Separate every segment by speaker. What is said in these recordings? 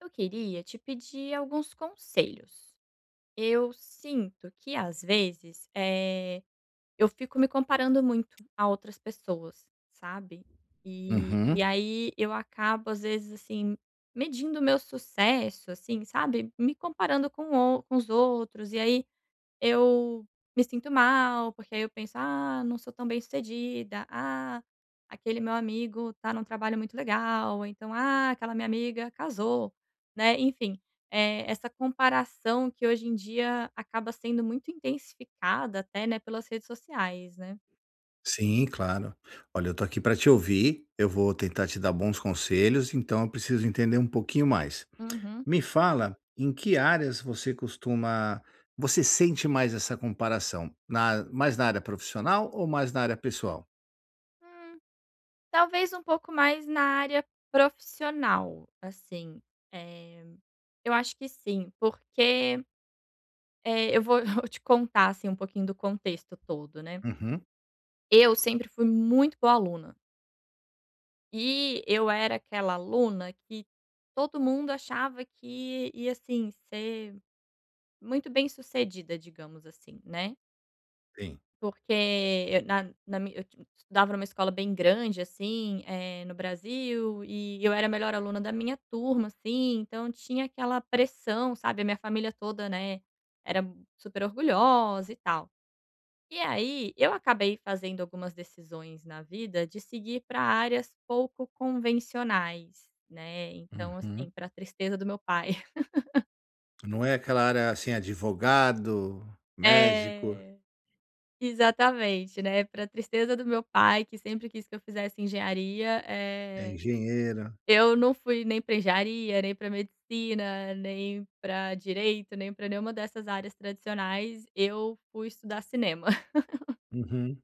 Speaker 1: Eu queria te pedir alguns conselhos. Eu sinto que às vezes, eu fico me comparando muito a outras pessoas, sabe. E
Speaker 2: Uhum.
Speaker 1: aí eu acabo às vezes, assim, medindo o meu sucesso, assim, sabe, me comparando com o com os outros e aí eu me sinto mal, porque aí eu penso: "Ah, não sou tão bem-sucedida. Ah, aquele meu amigo tá num trabalho muito legal", ou então: "Ah, aquela minha amiga casou", né, enfim, essa comparação que hoje em dia acaba sendo muito intensificada até, né, pelas redes sociais, né.
Speaker 2: Sim, claro. Olha, eu tô aqui para te ouvir, eu vou tentar te dar bons conselhos, então eu preciso entender um pouquinho mais.
Speaker 1: Uhum.
Speaker 2: Me fala em que áreas você costuma você sente mais essa comparação? Na mais na área profissional ou mais na área pessoal?
Speaker 1: Hum, talvez um pouco mais na área profissional, assim, eh, eu acho que sim, porque, eu vou eu vou te contar, assim, um pouquinho do contexto todo, né.
Speaker 2: Uhum,
Speaker 1: Eu sempre fui muito boa aluna, e eu era aquela aluna que todo mundo achava que ia, assim, ser muito bem-sucedida, digamos assim, né.
Speaker 2: sim.
Speaker 1: Porque eu na na mi eu ti estudava numa escola bem grande, assim, no Brasil, e eu era a melhor aluna da minha turma, assim, então tinha aquela pressão, sabe, a minha família toda, né, era super orgulhosa e tal. E aí, eu acabei fazendo algumas decisões na vida de seguir para áreas pouco convencionais, né, então, assim,
Speaker 2: Uhum.
Speaker 1: para tristeza do meu pai.
Speaker 2: Não é aquela área, assim, advogado, médico,
Speaker 1: É, exatamente, né, para tristeza do meu pai, que sempre quis que eu fizesse engenharia,
Speaker 2: é engenheiro.
Speaker 1: eu não fui nem para engenharia, nem para medicina, nem para direito, nem para nenhuma dessas áreas tradicionais, eu fui estudar cinema.
Speaker 2: Uhum,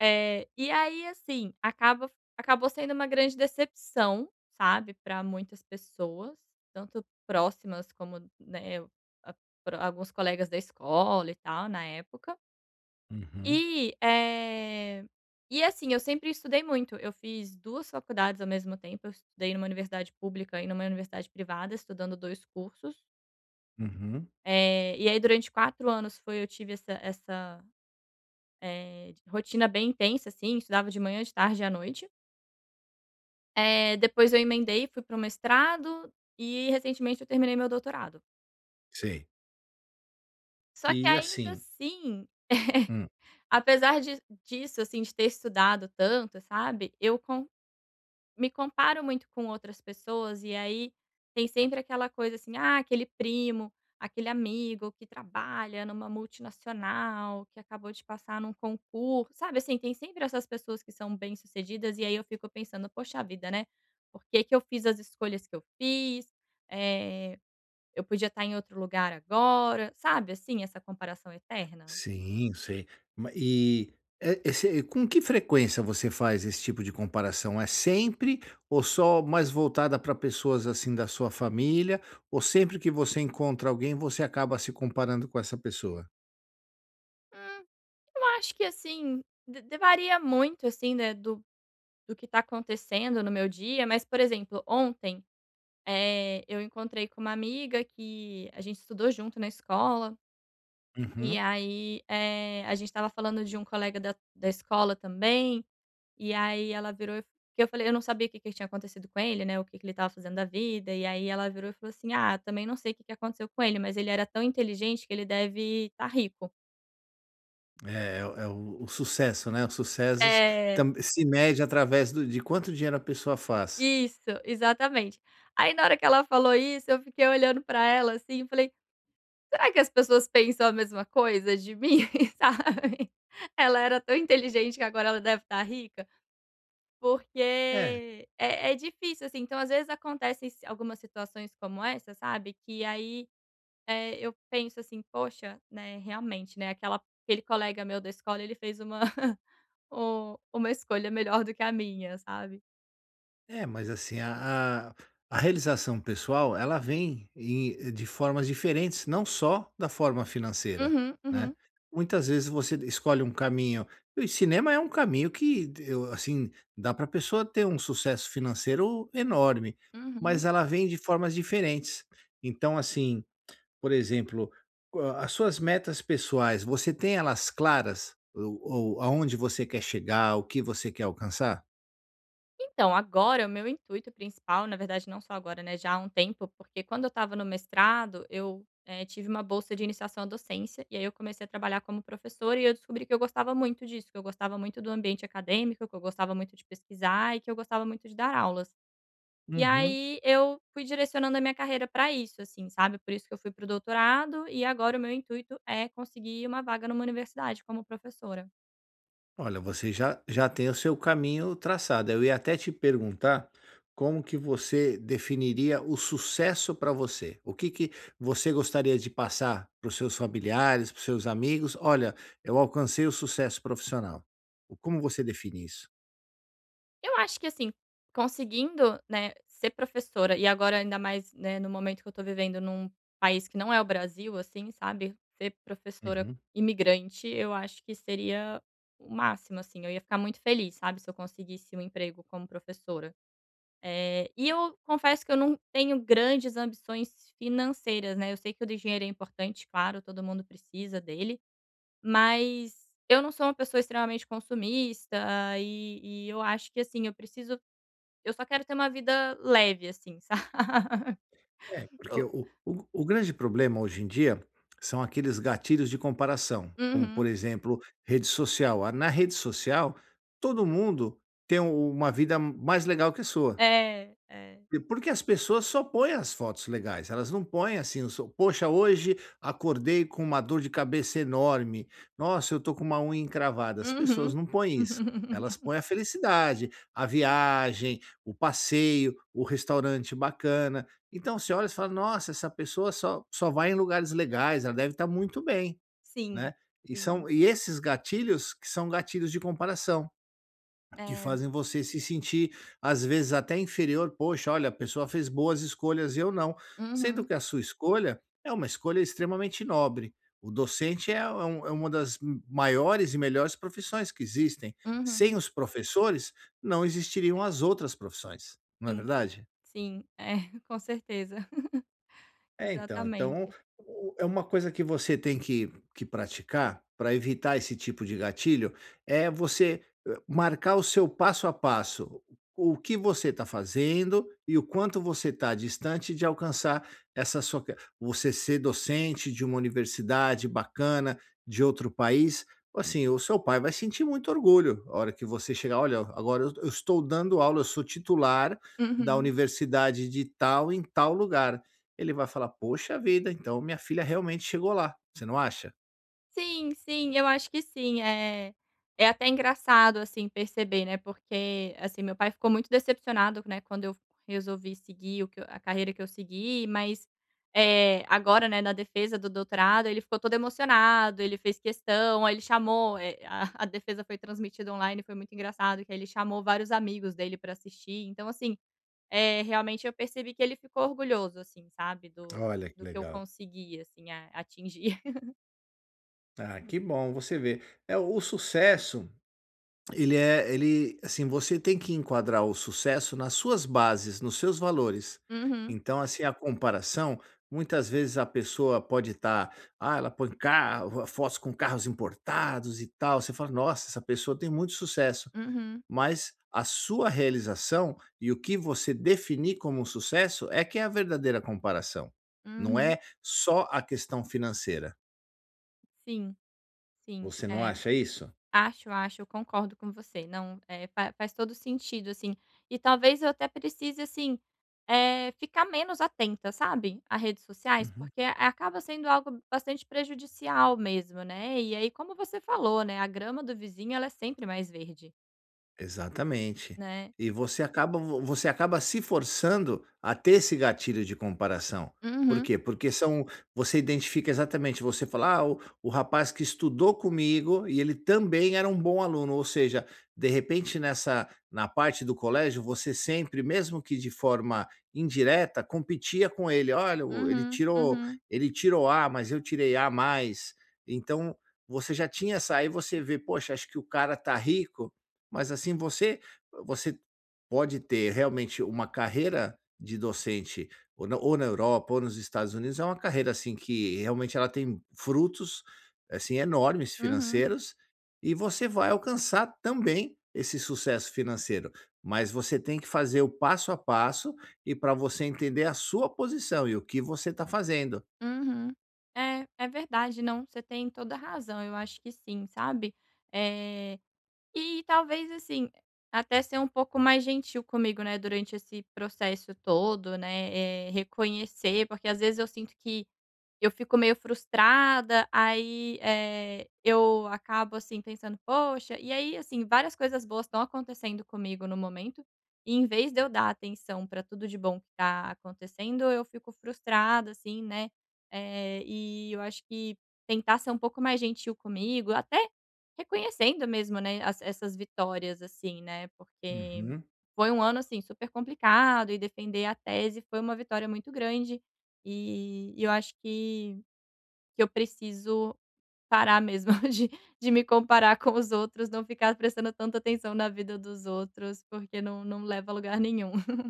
Speaker 1: É, e aí, assim, acaba acabou sendo uma grande decepção, sabe, para muitas pessoas, tanto próximas como, né, a pra alguns colegas da escola e tal, na época.
Speaker 2: uhum,
Speaker 1: E, e assim, eu sempre estudei muito, eu fiz 2 faculdades ao mesmo tempo, eu estudei numa universidade pública e numa universidade privada, estudando 2 cursos.
Speaker 2: uhum.
Speaker 1: E aí durante 4 anos foi eu tive essa rotina bem intensa, assim, estudava de manhã, de tarde e à noite. Depois eu emendei, fui para o mestrado e recentemente eu terminei meu doutorado.
Speaker 2: Sei.
Speaker 1: Só que
Speaker 2: E
Speaker 1: ainda
Speaker 2: assim
Speaker 1: assim,
Speaker 2: hum.
Speaker 1: apesar de disso, assim, de ter estudado tanto, sabe, eu com me comparo muito com outras pessoas e aí tem sempre aquela coisa assim: "Ah, aquele primo, aquele amigo que trabalha numa multinacional, que acabou de passar num concurso", sabe, assim, tem sempre essas pessoas que são bem-sucedidas e aí eu fico pensando: "Poxa vida, né, por que que eu fiz as escolhas que eu fiz?". Eh Eu podia estar em outro lugar agora, sabe, assim, essa comparação eterna?
Speaker 2: Sim, sei. Ma e, esse com que frequência você faz esse tipo de comparação? É sempre ou só mais voltada para pessoas, assim, da sua família, ou sempre que você encontra alguém, você acaba se comparando com essa pessoa?
Speaker 1: Hum, eu acho que assim, de varia muito, assim, né, do que está acontecendo no meu dia, mas, por exemplo, ontem, eu encontrei com uma amiga que a gente estudou junto na escola, e
Speaker 2: Uhum.
Speaker 1: aí, a gente estava falando de um colega da escola também. E aí ela virou e f que eu falei eu não sabia o que que tinha acontecido com ele, né, o que que ele estava fazendo da vida, e aí ela virou e falou assim: "Ah, também não sei o que que aconteceu com ele, mas ele era tão inteligente que ele deve estar rico".
Speaker 2: É o sucesso, né, o sucesso
Speaker 1: É,
Speaker 2: tam se mede através do de quanto dinheiro a pessoa faz.
Speaker 1: isso, exatamente. Aí na hora que ela falou isso, eu fiquei olhando pra ela, assim, e falei: "Será que as pessoas pensam a mesma coisa de mim?", sabe. Ela era tão inteligente que agora ela deve estar rica,
Speaker 2: É,
Speaker 1: porque é difícil, assim, então às vezes acontecem si algumas situações como essa, sabe, que aí eu penso assim: "Poxa", né, realmente, né, aquela aquele colega meu da escola, ele fez uma u uma escolha melhor do que a minha, sabe.
Speaker 2: é, mas assim, a realização pessoal, ela vem em- de formas diferentes, não só da forma financeira,
Speaker 1: Uhum, uhum,
Speaker 2: né? Muitas vezes você escolhe um caminho, e o cinema é um caminho que, eu- assim, dá para a pessoa ter um sucesso financeiro enorme,
Speaker 1: uhum.
Speaker 2: mas ela vem de formas diferentes. Então, assim, por exemplo, co- as suas metas pessoais, você tem elas claras? Ou aonde você quer chegar, o que você quer alcançar?
Speaker 1: Então, agora o meu intuito principal, na verdade não só agora, né, já há um tempo, porque quando eu estava no mestrado, eu, tive uma bolsa de iniciação à docência, e aí eu comecei a trabalhar como professora e eu descobri que eu gostava muito disso, que eu gostava muito do ambiente acadêmico, que eu gostava muito de pesquisar e que eu gostava muito de dar aulas. E
Speaker 2: Uhum.
Speaker 1: aí eu fui direcionando a minha carreira para isso, assim, sabe, por isso que eu fui para o doutorado e agora o meu intuito é conseguir uma vaga numa universidade como professora.
Speaker 2: Olha, você já, já tem o seu caminho traçado. Eu ia até te perguntar como que você definiria o sucesso para você. O que que você gostaria de passar para os seus familiares, para os seus amigos? Olha, eu alcancei o sucesso profissional. O- Como você define isso?
Speaker 1: Eu acho que, assim, conseguindo, né, ser professora e agora ainda mais, né, no momento que eu tô vivendo num país que não é o Brasil, assim, sabe, ser professora
Speaker 2: Uhum.
Speaker 1: imigrante, eu acho que seria o máximo, assim, eu ia ficar muito feliz, sabe, se eu conseguisse um emprego como professora. E eu confesso que eu não tenho grandes ambições financeiras, né, eu sei que o dinheiro é importante, claro, todo mundo precisa dele, mas eu não sou uma pessoa extremamente consumista e eu acho que, assim, eu só quero ter uma vida leve, assim, sabe.
Speaker 2: É, porque
Speaker 1: Eu
Speaker 2: o grande problema hoje em dia são aqueles gatilhos de comparação, como, por
Speaker 1: uhum.
Speaker 2: exemplo, rede social. Ah, na rede social, todo mundo tem um- uma vida mais legal que a sua.
Speaker 1: É, é.
Speaker 2: Porque as pessoas só põem as fotos legais, elas não põem assim, eu sou poxa, hoje acordei com uma dor de cabeça enorme, nossa, eu tô com uma unha encravada. As pessoas
Speaker 1: Uhum.
Speaker 2: não põem isso, elas põem a felicidade, a viagem, o passeio, o restaurante bacana. Então você olha e fala, nossa, essa pessoa só, só vai em lugares legais, ela deve estar muito bem,
Speaker 1: Sim,
Speaker 2: né? E,
Speaker 1: sim.
Speaker 2: são, e esses gatilhos que são gatilhos de comparação. Que
Speaker 1: É.
Speaker 2: fazem você se sentir, às vezes, até inferior. Poxa, olha, a pessoa fez boas escolhas e eu não. Sendo
Speaker 1: Uhum,
Speaker 2: que a sua escolha é uma escolha extremamente nobre. O docente é, é um- é uma das m- maiores e melhores profissões que existem. Sem
Speaker 1: uhum.
Speaker 2: os professores, não existiriam as outras profissões, não é
Speaker 1: Sim,
Speaker 2: verdade?
Speaker 1: sim. É, com certeza.
Speaker 2: É, então. Então,
Speaker 1: Exatamente.
Speaker 2: o é uma coisa que você tem que praticar para evitar esse tipo de gatilho, é você, marcar o seu passo a passo, o que você está fazendo e o quanto você está distante de alcançar essa sua q você ser docente de uma universidade bacana, de outro país, assim, o seu pai vai sentir muito orgulho a hora que você chegar: "Olha, agora eu estou dando aula, eu sou titular da
Speaker 1: Uhum.
Speaker 2: universidade de tal em tal lugar". Ele vai falar: "Poxa vida, então minha filha realmente chegou lá", você não acha?
Speaker 1: Sim, sim, eu acho que sim. É é até engraçado, assim, perceber, né, porque, assim, meu pai ficou muito decepcionado, né, quando eu resolvi seguir o que eu a carreira que eu segui, mas, agora, né, na defesa do doutorado, ele ficou todo emocionado, ele fez questão, aí ele chamou, a a defesa foi transmitida online, foi muito engraçado que aí ele chamou vários amigos dele para assistir. Então, assim, realmente eu percebi que ele ficou orgulhoso, assim, sabe, do
Speaker 2: Olha que
Speaker 1: do que eu
Speaker 2: legal.
Speaker 1: consegui, assim, a atingir.
Speaker 2: Ah, que bom, você vê, é o sucesso, ele é ele assim, você tem que enquadrar o sucesso nas suas bases, nos seus valores.
Speaker 1: Uhum,
Speaker 2: Então, assim, a comparação, muitas vezes a pessoa pode estar ah, ela põe carro fotos com carros importados e tal, você fala: "Nossa, essa pessoa tem muito sucesso".
Speaker 1: uhum.
Speaker 2: Mas a sua realização e o que você definir como um sucesso é que é a verdadeira comparação. Não
Speaker 1: Uhum.
Speaker 2: é só a questão financeira.
Speaker 1: Sim, sim.
Speaker 2: Você não
Speaker 1: É,
Speaker 2: acha isso?
Speaker 1: acho, acho, eu concordo com você. Não, eh, fa faz todo sentido, assim. E talvez eu até precise, assim, ficar menos atenta, sabe, a redes sociais,
Speaker 2: Uhum.
Speaker 1: porque acaba sendo algo bastante prejudicial mesmo, né. E aí, como você falou, né, a grama do vizinho, ela é sempre mais verde,
Speaker 2: Exatamente.
Speaker 1: né.
Speaker 2: E você acaba vo você acaba se forçando a ter esse gatilho de comparação. Por
Speaker 1: Uhum,
Speaker 2: quê? Porque são você identifica exatamente, você fala: "Ah, o rapaz que estudou comigo e ele também era um bom aluno", ou seja, de repente nessa na parte do colégio, você sempre, mesmo que de forma indireta, competia com ele: "Olha, o
Speaker 1: uhum, uhum,
Speaker 2: ele tirou A, mas eu tirei A mais". Então, você já tinha essa aí você vê: "Poxa, acho que o cara tá rico, mas assim, você você pode ter realmente uma carreira de docente ou na Europa ou nos Estados Unidos, é uma carreira, assim, que realmente ela tem frutos, assim, enormes
Speaker 1: uhum,
Speaker 2: financeiros, e você vai alcançar também esse sucesso financeiro, mas você tem que fazer o passo a passo e para você entender a sua posição e o que você está fazendo.
Speaker 1: uhum. É, é verdade. Não, você tem toda a razão. Eu acho que sim, sabe. Eh E talvez, assim, até ser um pouco mais gentil comigo, né, durante esse processo todo, né, reconhecer, porque às vezes eu sinto que eu fico meio frustrada, aí, eu acabo, assim, pensando: "Poxa", e aí, assim, várias coisas boas estão acontecendo comigo no momento, e em vez de eu dar atenção para tudo de bom que tá acontecendo, eu fico frustrada, assim, né, e eu acho que tentar ser um pouco mais gentil comigo, até reconhecendo mesmo, né, as essas vitórias, assim, né, porque
Speaker 2: Uhum.
Speaker 1: foi um ano, assim, super complicado e defender a tese foi uma vitória muito grande, e eu acho que eu preciso parar mesmo de me comparar com os outros, não ficar prestando tanta atenção na vida dos outros, porque não leva a lugar nenhum.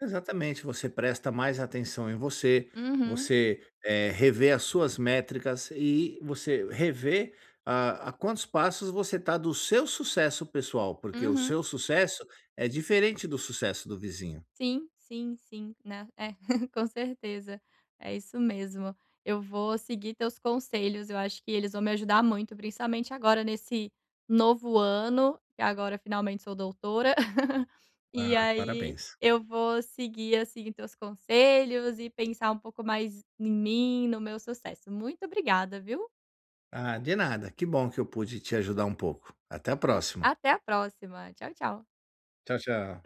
Speaker 2: Exatamente, você presta mais atenção em você,
Speaker 1: Uhum,
Speaker 2: você, revê as suas métricas e você revê a quantos passos você está do seu sucesso pessoal, porque o
Speaker 1: uhum.
Speaker 2: seu sucesso é diferente do sucesso do vizinho.
Speaker 1: Sim, sim, sim, né, é, com certeza, é isso mesmo. Eu vou seguir teus conselhos, eu acho que eles vão me ajudar muito, principalmente agora nesse novo ano, que agora finalmente sou doutora, e
Speaker 2: Ah,
Speaker 1: aí
Speaker 2: parabéns.
Speaker 1: eu vou seguir, assim, teus conselhos e pensar um pouco mais em mim, no meu sucesso. Muito obrigada, viu.
Speaker 2: Ah, de nada, que bom que eu pude te ajudar um pouco. Até a próxima.
Speaker 1: Até a próxima. Tchau, tchau.
Speaker 2: Tchau, tchau.